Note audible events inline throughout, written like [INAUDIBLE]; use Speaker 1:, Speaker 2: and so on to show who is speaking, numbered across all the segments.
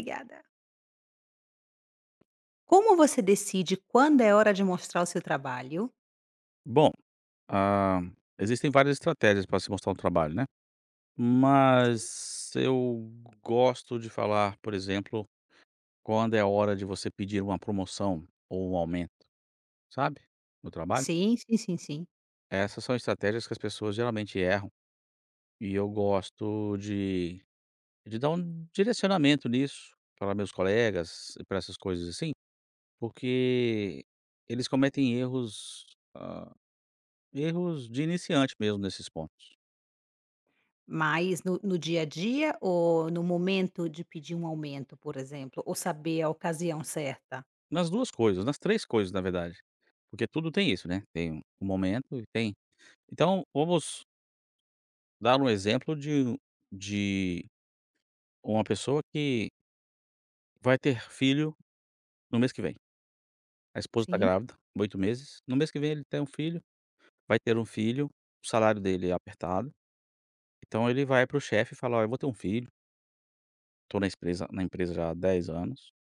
Speaker 1: Obrigada. Como você decide quando é hora de mostrar o seu trabalho?
Speaker 2: Bom, ah, existem várias estratégias para se mostrar um trabalho, né,
Speaker 1: Sim.
Speaker 2: mas eu gosto de falar, por exemplo, quando é hora de você pedir uma promoção ou um aumento, sabe, no trabalho.
Speaker 1: Sim, sim, sim, sim.
Speaker 2: Essas são estratégias que as pessoas geralmente erram e eu gosto de dar um direcionamento nisso para meus colegas e para essas coisas assim, porque eles cometem erros, ah, erros de iniciante mesmo nesses pontos.
Speaker 1: Mas no dia a dia ou no momento de pedir um aumento, por exemplo, ou saber a ocasião certa?
Speaker 2: Nas 2 coisas, nas 3 coisas na verdade, porque tudo tem isso, né, tem um momento e tem então vamos dar um exemplo de uma pessoa que vai ter filho no mês que vem. A esposa está
Speaker 1: Sim,
Speaker 2: grávida, 8 meses, no mês que vem ele tem um filho, vai ter um filho, o salário dele é apertado, então ele vai para o chefe e fala: "Olha, eu vou ter um filho, estou na empresa já há 10 anos,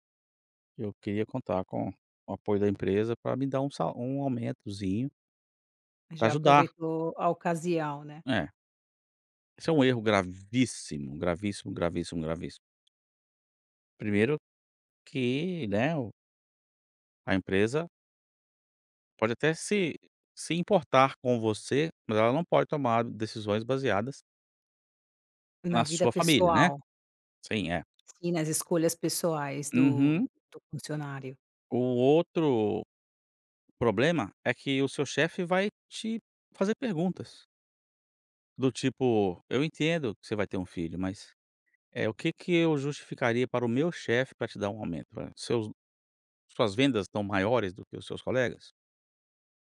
Speaker 2: eu queria contar com o apoio da empresa para me dar um sal, um aumentozinho para
Speaker 1: já
Speaker 2: ajudar".
Speaker 1: aproveitou a ocasião, né.
Speaker 2: É. Isso é um erro gravíssimo, gravíssimo, gravíssimo, gravíssimo. Primeiro que, né, o a empresa pode até se importar com você, mas ela não pode tomar decisões baseadas na
Speaker 1: Na vida
Speaker 2: sua família, né.
Speaker 1: pessoal,
Speaker 2: Sim, é.
Speaker 1: sim, nas escolhas pessoais do
Speaker 2: Uhum.
Speaker 1: funcionário.
Speaker 2: O outro problema é que o seu chefe vai te fazer perguntas, do tipo: "Eu entendo que você vai ter um filho, mas, é o que que eu justificaria para o meu chefe para te dar um aumento? Seus suas vendas estão maiores do que os seus colegas?"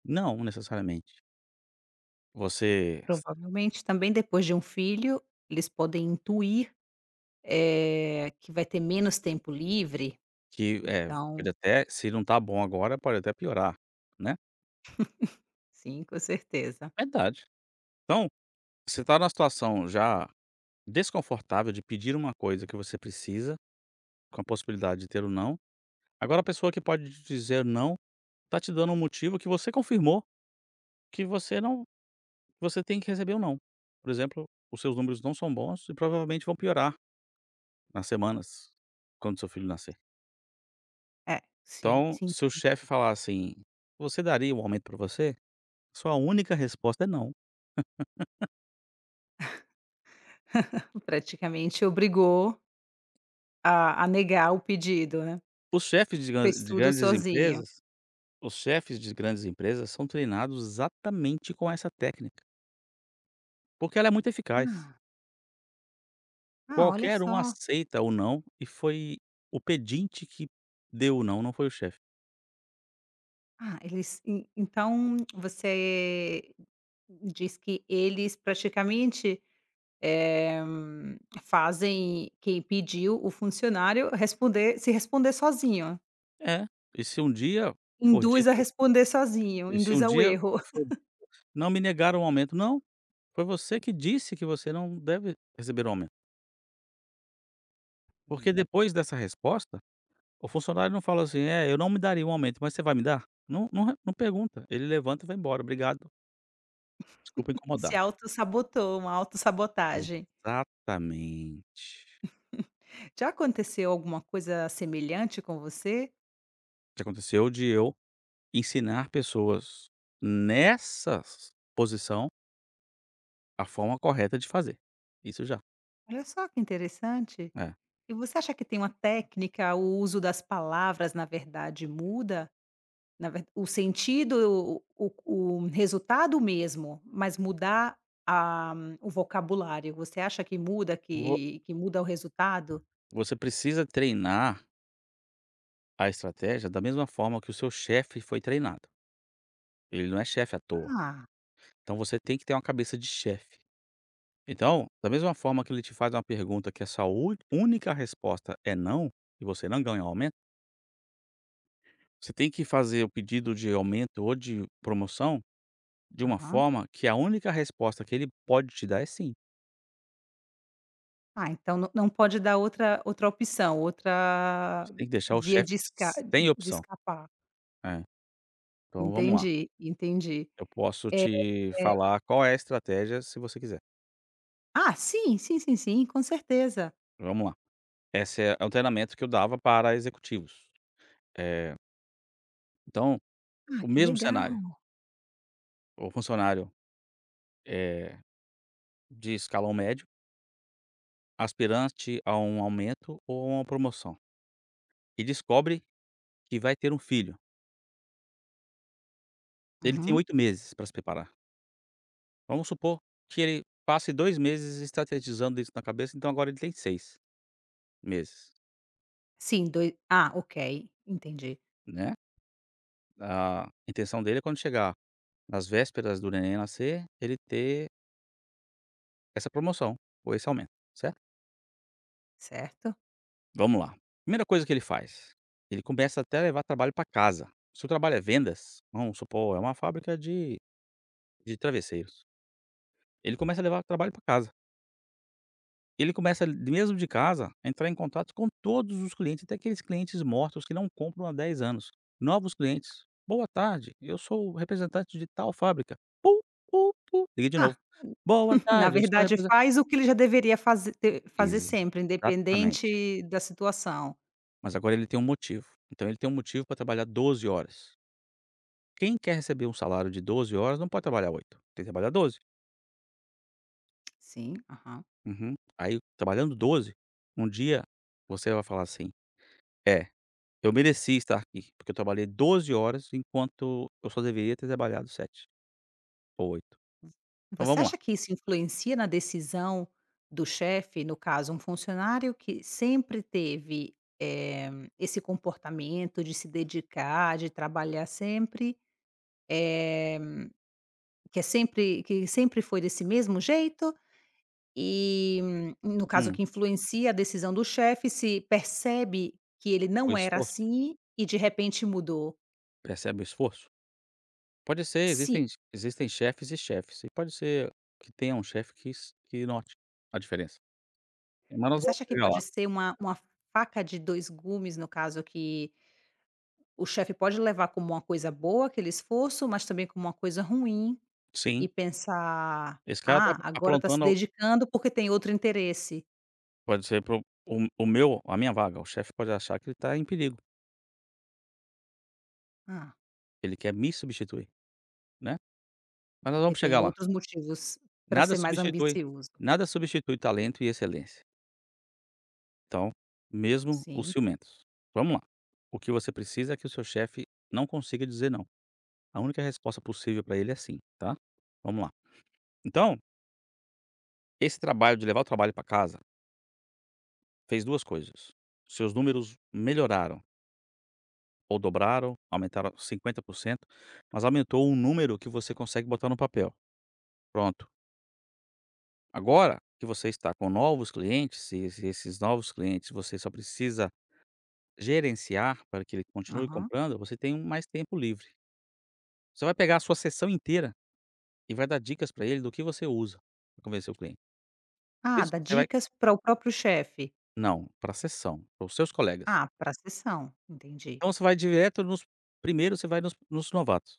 Speaker 2: Não, necessariamente. Você s
Speaker 1: Provavelmente também depois de um filho, eles podem intuir, que vai ter menos tempo livre,
Speaker 2: Que é, pode
Speaker 1: então.
Speaker 2: até se não tá bom agora, pode até piorar, né.
Speaker 1: Sim, com certeza.
Speaker 2: Verdade. Então, você tá numa situação já desconfortável de pedir uma coisa que você precisa, com a possibilidade de ter o não. Agora a pessoa que pode te dizer não, tá te dando um motivo que você confirmou que você não você tem que receber o não. Por exemplo, os seus números não são bons e provavelmente vão piorar nas semanas, quando seu filho nascer.
Speaker 1: É, sim,
Speaker 2: Então,
Speaker 1: sim,
Speaker 2: se o
Speaker 1: sim.
Speaker 2: chefe falar assim: "Você daria um aumento pra você?" Sua única resposta é "não".
Speaker 1: Praticamente obrigou a negar o pedido, né.
Speaker 2: Os chefes de gran
Speaker 1: Fez
Speaker 2: de
Speaker 1: tudo
Speaker 2: grandes
Speaker 1: sozinho.
Speaker 2: empresas os chefes de grandes empresas são treinados exatamente com essa técnica, porque ela é muito eficaz.
Speaker 1: Ah, ah, olha
Speaker 2: Qualquer um
Speaker 1: só.
Speaker 2: aceita o "não" e foi o pedinte que deu o "não", não foi o chefe.
Speaker 1: Ah, eles en então você diz que eles praticamente, eh, hum, fazem quem pediu, o funcionário, responder se responder sozinho.
Speaker 2: É, e se um dia for
Speaker 1: Induz a
Speaker 2: dito
Speaker 1: responder sozinho,
Speaker 2: e se
Speaker 1: induz
Speaker 2: um
Speaker 1: ao
Speaker 2: dia
Speaker 1: erro. [LAUGHS]
Speaker 2: for "não me negaram o aumento", não, foi você que disse que você não deve receber o aumento. Porque depois dessa resposta o funcionário não fala assim: "É, eu não me daria um aumento, mas você vai me dar?" Não pergunta, ele levanta e vai embora: "Obrigado, desculpa
Speaker 1: Se
Speaker 2: incomodar".
Speaker 1: autossabotou, uma autossabotagem.
Speaker 2: Exatamente.
Speaker 1: Já aconteceu alguma coisa semelhante com você?
Speaker 2: Já aconteceu de eu ensinar pessoas nessa posição a forma correta de fazer. Isso já.
Speaker 1: Olha só que interessante.
Speaker 2: É.
Speaker 1: E você acha que tem uma técnica, o uso das palavras, na verdade, muda? O sentido, o resultado mesmo, mas mudar a- o vocabulário. Você acha que muda,
Speaker 2: Vo
Speaker 1: que muda o resultado?
Speaker 2: Você precisa treinar a estratégia da mesma forma que o seu chefe foi treinado. Ele não é chefe à toa.
Speaker 1: Ah,
Speaker 2: Então você tem que ter uma cabeça de chefe. Então, da mesma forma que ele te faz uma pergunta que a sua ú única resposta é "não", e você não ganha o aumento, você tem que fazer o pedido de aumento ou de promoção de uma
Speaker 1: aham.
Speaker 2: forma que a única resposta que ele pode te dar é "sim".
Speaker 1: Ah, então não, não pode dar outra, outra opção, outra
Speaker 2: Você tem que deixar o
Speaker 1: via
Speaker 2: chefe
Speaker 1: de,
Speaker 2: s sem
Speaker 1: de
Speaker 2: opção.
Speaker 1: escapar.
Speaker 2: É. Então vamos lá,
Speaker 1: Entendi, entendi.
Speaker 2: eu posso te
Speaker 1: É,
Speaker 2: falar qual é a estratégia se você quiser.
Speaker 1: ah, sim, sim, sim, sim, com certeza.
Speaker 2: Vamos lá. Esse é o treinamento que eu dava para executivos. Então,
Speaker 1: Ah,
Speaker 2: o
Speaker 1: que
Speaker 2: mesmo
Speaker 1: legal.
Speaker 2: cenário, o funcionário, eh, de escalão médio aspirante a um aumento ou a uma promoção e descobre que vai ter um filho. Ele tem
Speaker 1: Uhum.
Speaker 2: 8 meses para se preparar. Vamos supor que ele passe 2 meses estrategizando isso na cabeça, então agora ele tem 6 meses,
Speaker 1: Sim, dois. Ah, ok, entendi,
Speaker 2: né. A intenção dele é quando chegar nas vésperas do neném nascer, ele ter essa promoção ou esse aumento, certo?
Speaker 1: certo.
Speaker 2: Vamos lá. Primeira coisa que ele faz, ele começa até a levar trabalho para casa. Se o trabalho é vendas, vamos supor, é uma fábrica de travesseiros, ele começa a levar trabalho para casa. Ele começa, mesmo de casa, a entrar em contato com todos os clientes, até aqueles clientes mortos que não compram há 10 anos. Novos clientes. "Boa tarde, eu sou o representante de tal fábrica". "Pu, pu, pu". Liguei de novo.
Speaker 1: Ah,
Speaker 2: "Boa
Speaker 1: [LAUGHS] na
Speaker 2: tarde, eu sou
Speaker 1: verdade
Speaker 2: representante".
Speaker 1: faz o que ele já deveria fazer sempre,
Speaker 2: Exatamente.
Speaker 1: independente da situação.
Speaker 2: Mas agora ele tem um motivo. Então ele tem um motivo para trabalhar 12 horas. Quem quer receber um salário de 12 horas não pode trabalhar 8. Tem que trabalhar 12.
Speaker 1: Sim, aham.
Speaker 2: Uhum. Aí, trabalhando 12, um dia você vai falar assim: "É. Eu mereci estar aqui, porque eu trabalhei 12 horas, enquanto eu só deveria ter trabalhado 7 ou oito". Então
Speaker 1: Você
Speaker 2: vamos lá.
Speaker 1: acha que isso influencia na decisão do chefe, no caso, um funcionário que sempre teve, eh, esse comportamento de se dedicar, de trabalhar sempre, que sempre foi desse mesmo jeito? E, no caso,
Speaker 2: Hum,
Speaker 1: que influencia a decisão do chefe, se percebe que ele
Speaker 2: o
Speaker 1: não era
Speaker 2: esforço,
Speaker 1: assim e de repente mudou.
Speaker 2: percebe o esforço? Pode ser,
Speaker 1: Sim.
Speaker 2: existem chefes e chefes, e pode ser que tenha um chefe que note a diferença. Mas nós
Speaker 1: Você
Speaker 2: vamos
Speaker 1: acha que
Speaker 2: chegar
Speaker 1: pode
Speaker 2: lá.
Speaker 1: ser uma faca de 2 gumes, no caso que o chefe pode levar como uma coisa boa aquele esforço, mas também como uma coisa ruim
Speaker 2: Sim,
Speaker 1: e pensar:
Speaker 2: esse cara tá
Speaker 1: "Ah, agora está se
Speaker 2: aprontando,
Speaker 1: dedicando porque tem outro interesse.
Speaker 2: pode ser para o meu, a minha vaga. O chefe pode achar que ele tá em perigo,
Speaker 1: Ah,
Speaker 2: ele quer me substituir, né. Mas nós
Speaker 1: porque
Speaker 2: vamos chegar
Speaker 1: tem
Speaker 2: lá.
Speaker 1: outros motivos para
Speaker 2: Nada
Speaker 1: ser mais
Speaker 2: substitui
Speaker 1: ambicioso".
Speaker 2: Nada substitui talento e excelência. Então, mesmo os
Speaker 1: Sim,
Speaker 2: ciumentos. Vamos lá. O que você precisa é que o seu chefe não consiga dizer não. A única resposta possível para ele é sim, tá? Vamos lá. Então, esse trabalho de levar o trabalho para casa fez duas coisas. Seus números melhoraram ou dobraram, aumentaram 50%, mas aumentou um número que você consegue botar no papel. Pronto. Agora que você está com novos clientes, e esses novos clientes você só precisa gerenciar para que ele continue
Speaker 1: aham.
Speaker 2: comprando, você tem mais tempo livre. Você vai pegar a sua sessão inteira e vai dar dicas para ele do que você usa pra convencer o cliente.
Speaker 1: Ah,
Speaker 2: Isso
Speaker 1: dá
Speaker 2: você vai,
Speaker 1: dicas para o próprio chefe.
Speaker 2: não, para a sessão, para os seus colegas.
Speaker 1: Ah, para a sessão, entendi.
Speaker 2: Então você vai direto nos primeiro você vai nos novatos.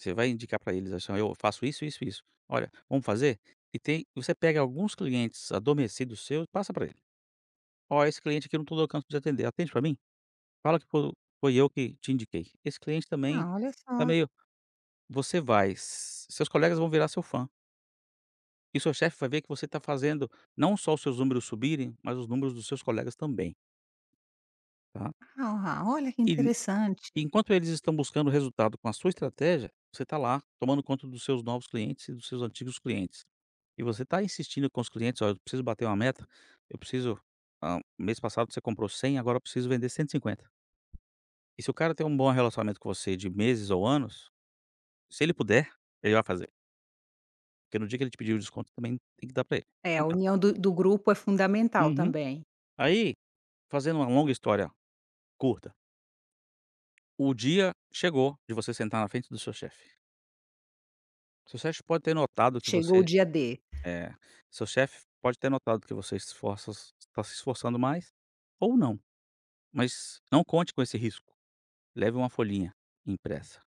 Speaker 2: Você vai indicar para eles assim: "Ó, eu faço isso. Olha, vamos fazer?" E tem, você pega alguns clientes adormecidos seus, passa para ele: "Ó, esse cliente aqui eu não tô dando conta de atender, atende para mim? Fala que fo foi eu que te indiquei. Esse cliente também
Speaker 1: Ah, olha
Speaker 2: tá
Speaker 1: só.
Speaker 2: meio". Seus colegas vão virar seu fã. E seu chefe vai ver que você está fazendo não só os seus números subirem, mas os números dos seus colegas também, tá.
Speaker 1: Ah, olha que
Speaker 2: E
Speaker 1: interessante.
Speaker 2: enquanto eles estão buscando resultado com a sua estratégia, você está lá tomando conta dos seus novos clientes e dos seus antigos clientes. E você está insistindo com os clientes: "Olha, eu preciso bater uma meta, eu preciso, mês passado você comprou 100, agora eu preciso vender 150". E se o cara tem um bom relacionamento com você de meses ou anos, se ele puder, ele vai fazer, porque no dia que ele te pedir o desconto também tem que dar para ele.
Speaker 1: É,
Speaker 2: Então
Speaker 1: a
Speaker 2: tá.
Speaker 1: união do grupo é fundamental
Speaker 2: Uhum.
Speaker 1: também.
Speaker 2: Aí, fazendo uma longa história curta, o dia chegou de você sentar na frente do seu chefe. Seu chefe pode ter notado que
Speaker 1: Chegou o
Speaker 2: você
Speaker 1: dia D.
Speaker 2: é, Seu chefe pode ter notado que você esforça está se esforçando mais ou não, mas não conte com esse risco. Leve uma folhinha impressa.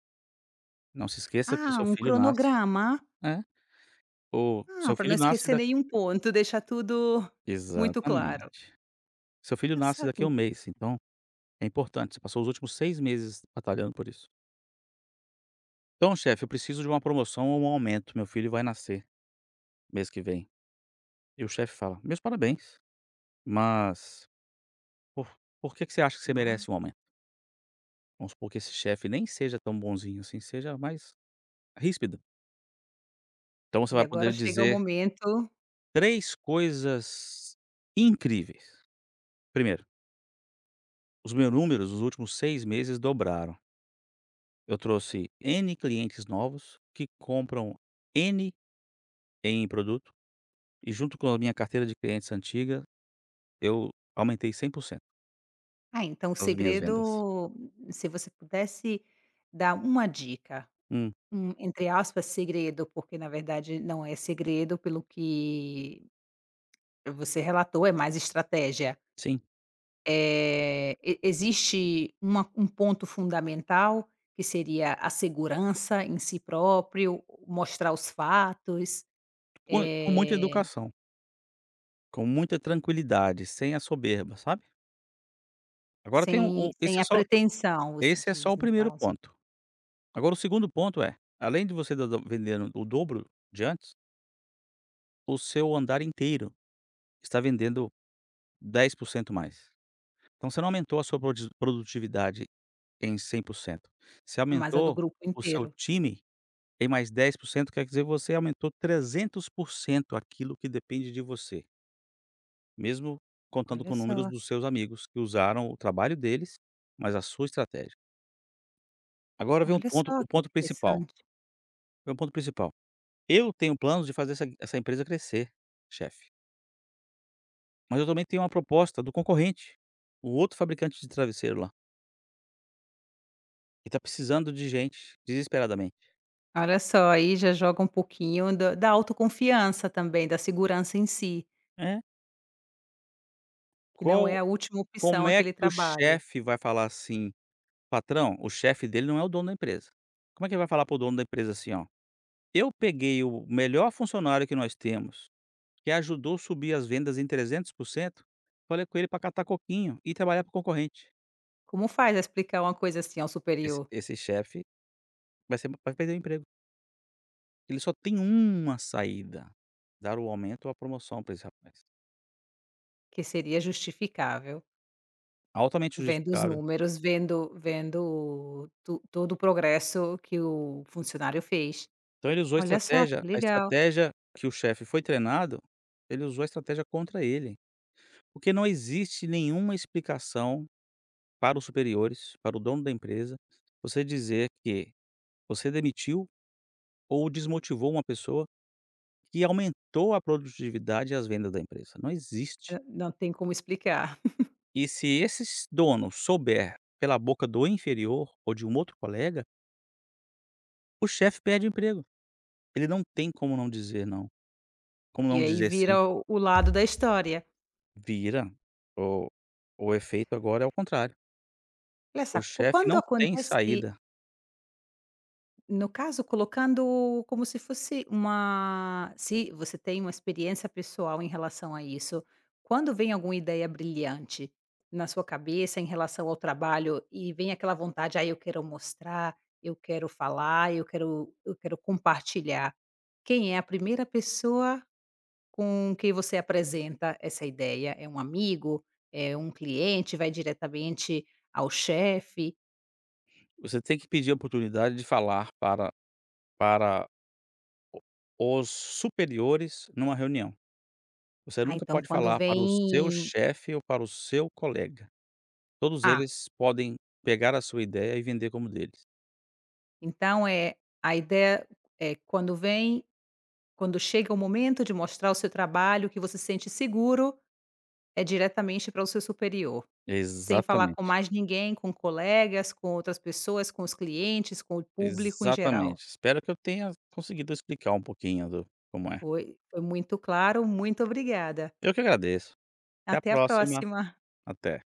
Speaker 2: Não se esqueça que
Speaker 1: Ah,
Speaker 2: seu
Speaker 1: um
Speaker 2: filho nasce
Speaker 1: cronograma.
Speaker 2: é, o
Speaker 1: Ah,
Speaker 2: seu
Speaker 1: para não
Speaker 2: filho nasce
Speaker 1: esquecer
Speaker 2: da
Speaker 1: nenhum ponto, deixar tudo muito claro.
Speaker 2: exatamente. Seu filho
Speaker 1: Olha
Speaker 2: nasce
Speaker 1: só que
Speaker 2: daqui a um
Speaker 1: interess
Speaker 2: mês, então é importante, você passou os últimos 6 meses batalhando por isso. "Então chefe, eu preciso de uma promoção ou um aumento, meu filho vai nascer mês que vem". E o chefe fala: "Meus parabéns. Mas por por que que você acha que você
Speaker 1: ma
Speaker 2: merece um aumento?" Vamos supor que esse chefe nem seja tão bonzinho assim, seja mais ríspido. Então você
Speaker 1: E
Speaker 2: vai
Speaker 1: agora
Speaker 2: poder
Speaker 1: chega o
Speaker 2: dizer
Speaker 1: momento.
Speaker 2: 3 coisas incríveis. Primeiro, os meus números nos últimos 6 meses dobraram. Eu trouxe N clientes novos que compram N em produto e junto com a minha carteira de clientes antiga, eu aumentei 100%
Speaker 1: Ah, então o
Speaker 2: as minhas vendas.
Speaker 1: segredo, se você pudesse dar uma dica,
Speaker 2: Hum,
Speaker 1: um, entre aspas, segredo, porque na verdade não é segredo pelo que você relatou, é mais estratégia.
Speaker 2: sim,
Speaker 1: E existe uma um ponto fundamental, que seria a segurança em si próprio, mostrar os fatos,
Speaker 2: com muita
Speaker 1: eh,
Speaker 2: educação, com muita tranquilidade, sem a soberba, sabe? Agora tem
Speaker 1: sem sem a pretensão, você
Speaker 2: esse é só
Speaker 1: diz,
Speaker 2: o
Speaker 1: no
Speaker 2: primeiro
Speaker 1: caso,
Speaker 2: ponto. Agora o segundo ponto é, além de você estar dan vendendo o dobro de antes, o seu andar inteiro está vendendo 10% mais. Então você não aumentou a sua prodi produtividade em 100%. Você
Speaker 1: mas a do
Speaker 2: aumentou
Speaker 1: grupo
Speaker 2: o seu
Speaker 1: inteiro.
Speaker 2: time em mais 10%, quer dizer, você aumentou 300% aquilo que depende de você, mesmo contando
Speaker 1: Olha
Speaker 2: com números
Speaker 1: só,
Speaker 2: dos seus amigos que usaram o trabalho deles, mas a sua estratégia. Agora vem
Speaker 1: olha só
Speaker 2: o
Speaker 1: que
Speaker 2: ponto principal,
Speaker 1: interessante.
Speaker 2: vem o ponto principal. Eu tenho planos de fazer essa empresa crescer, chefe, mas eu também tenho uma proposta do concorrente, o outro fabricante de travesseiro lá, que tá precisando de gente desesperadamente.
Speaker 1: Olha só, aí já joga um pouquinho da autoconfiança também, da segurança em si,
Speaker 2: É?
Speaker 1: que não é
Speaker 2: Qual
Speaker 1: a última
Speaker 2: Como
Speaker 1: opção
Speaker 2: é
Speaker 1: aquele
Speaker 2: que o
Speaker 1: trabalho.
Speaker 2: chefe vai falar assim: "Patrão". O chefe dele não é o dono da empresa. Como é que ele vai falar pro dono da empresa assim, ó: "Eu peguei o melhor funcionário que nós temos, que ajudou subir as vendas em 300%, falei com ele para catar coquinho e trabalhar pro concorrente".
Speaker 1: Como faz a explicar uma coisa assim ao
Speaker 2: Esse
Speaker 1: superior?
Speaker 2: esse chefe vai perder o emprego. Ele só tem uma saída, dar o aumento ou a promoção para esse rapaz.
Speaker 1: Que seria justificável,
Speaker 2: Altamente
Speaker 1: vendo os
Speaker 2: justificável.
Speaker 1: números, vendo to todo o progresso que o funcionário fez.
Speaker 2: Então ele usou
Speaker 1: Olha só que
Speaker 2: a
Speaker 1: legal,
Speaker 2: estratégia que o chefe foi treinado, ele usou a estratégia contra ele. Porque não existe nenhuma explicação para os superiores, para o dono da empresa, você dizer que você demitiu ou desmotivou uma pessoa que aumentou a produtividade e as vendas da empresa. Não existe.
Speaker 1: hã, não tem como explicar.
Speaker 2: E se esse dono souber pela boca do inferior ou de um outro colega, o chefe perde o emprego, ele não tem como não dizer não, como
Speaker 1: E
Speaker 2: não
Speaker 1: aí
Speaker 2: dizer sim.
Speaker 1: vira o lado da história.
Speaker 2: Vira, o o efeito agora é o contrário,
Speaker 1: Olha só,
Speaker 2: o
Speaker 1: qu
Speaker 2: chefe
Speaker 1: quando
Speaker 2: não tem
Speaker 1: acontece.
Speaker 2: saída,
Speaker 1: No caso, colocando como se fosse uma, se você tem uma experiência pessoal em relação a isso, quando vem alguma ideia brilhante na sua cabeça em relação ao trabalho e vem aquela vontade: "Ah, eu quero mostrar, eu quero falar, eu quero compartilhar", quem é a primeira pessoa com quem você apresenta essa ideia? É um amigo? É um cliente? Vai diretamente ao chefe?
Speaker 2: você tem que pedir a oportunidade de falar para os superiores numa reunião, você
Speaker 1: Ah,
Speaker 2: nunca
Speaker 1: então
Speaker 2: pode
Speaker 1: quando
Speaker 2: falar para o seu
Speaker 1: vem:
Speaker 2: chefe ou para o seu colega, todos
Speaker 1: "Ah,
Speaker 2: eles podem pegar a sua ideia e vender como deles.
Speaker 1: então, é a ideia é quando vem quando chega o momento de mostrar o seu trabalho, que você se sente seguro, é diretamente para o seu superior. Sem falar com
Speaker 2: Exatamente,
Speaker 1: mais ninguém, com colegas, com outras pessoas, com os clientes, com o público em geral.
Speaker 2: exatamente, espero que eu tenha conseguido explicar um pouquinho do como é.
Speaker 1: Foi muito claro, muito obrigada.
Speaker 2: Eu que agradeço. Até a
Speaker 1: Até a
Speaker 2: próxima.
Speaker 1: próxima.
Speaker 2: Até.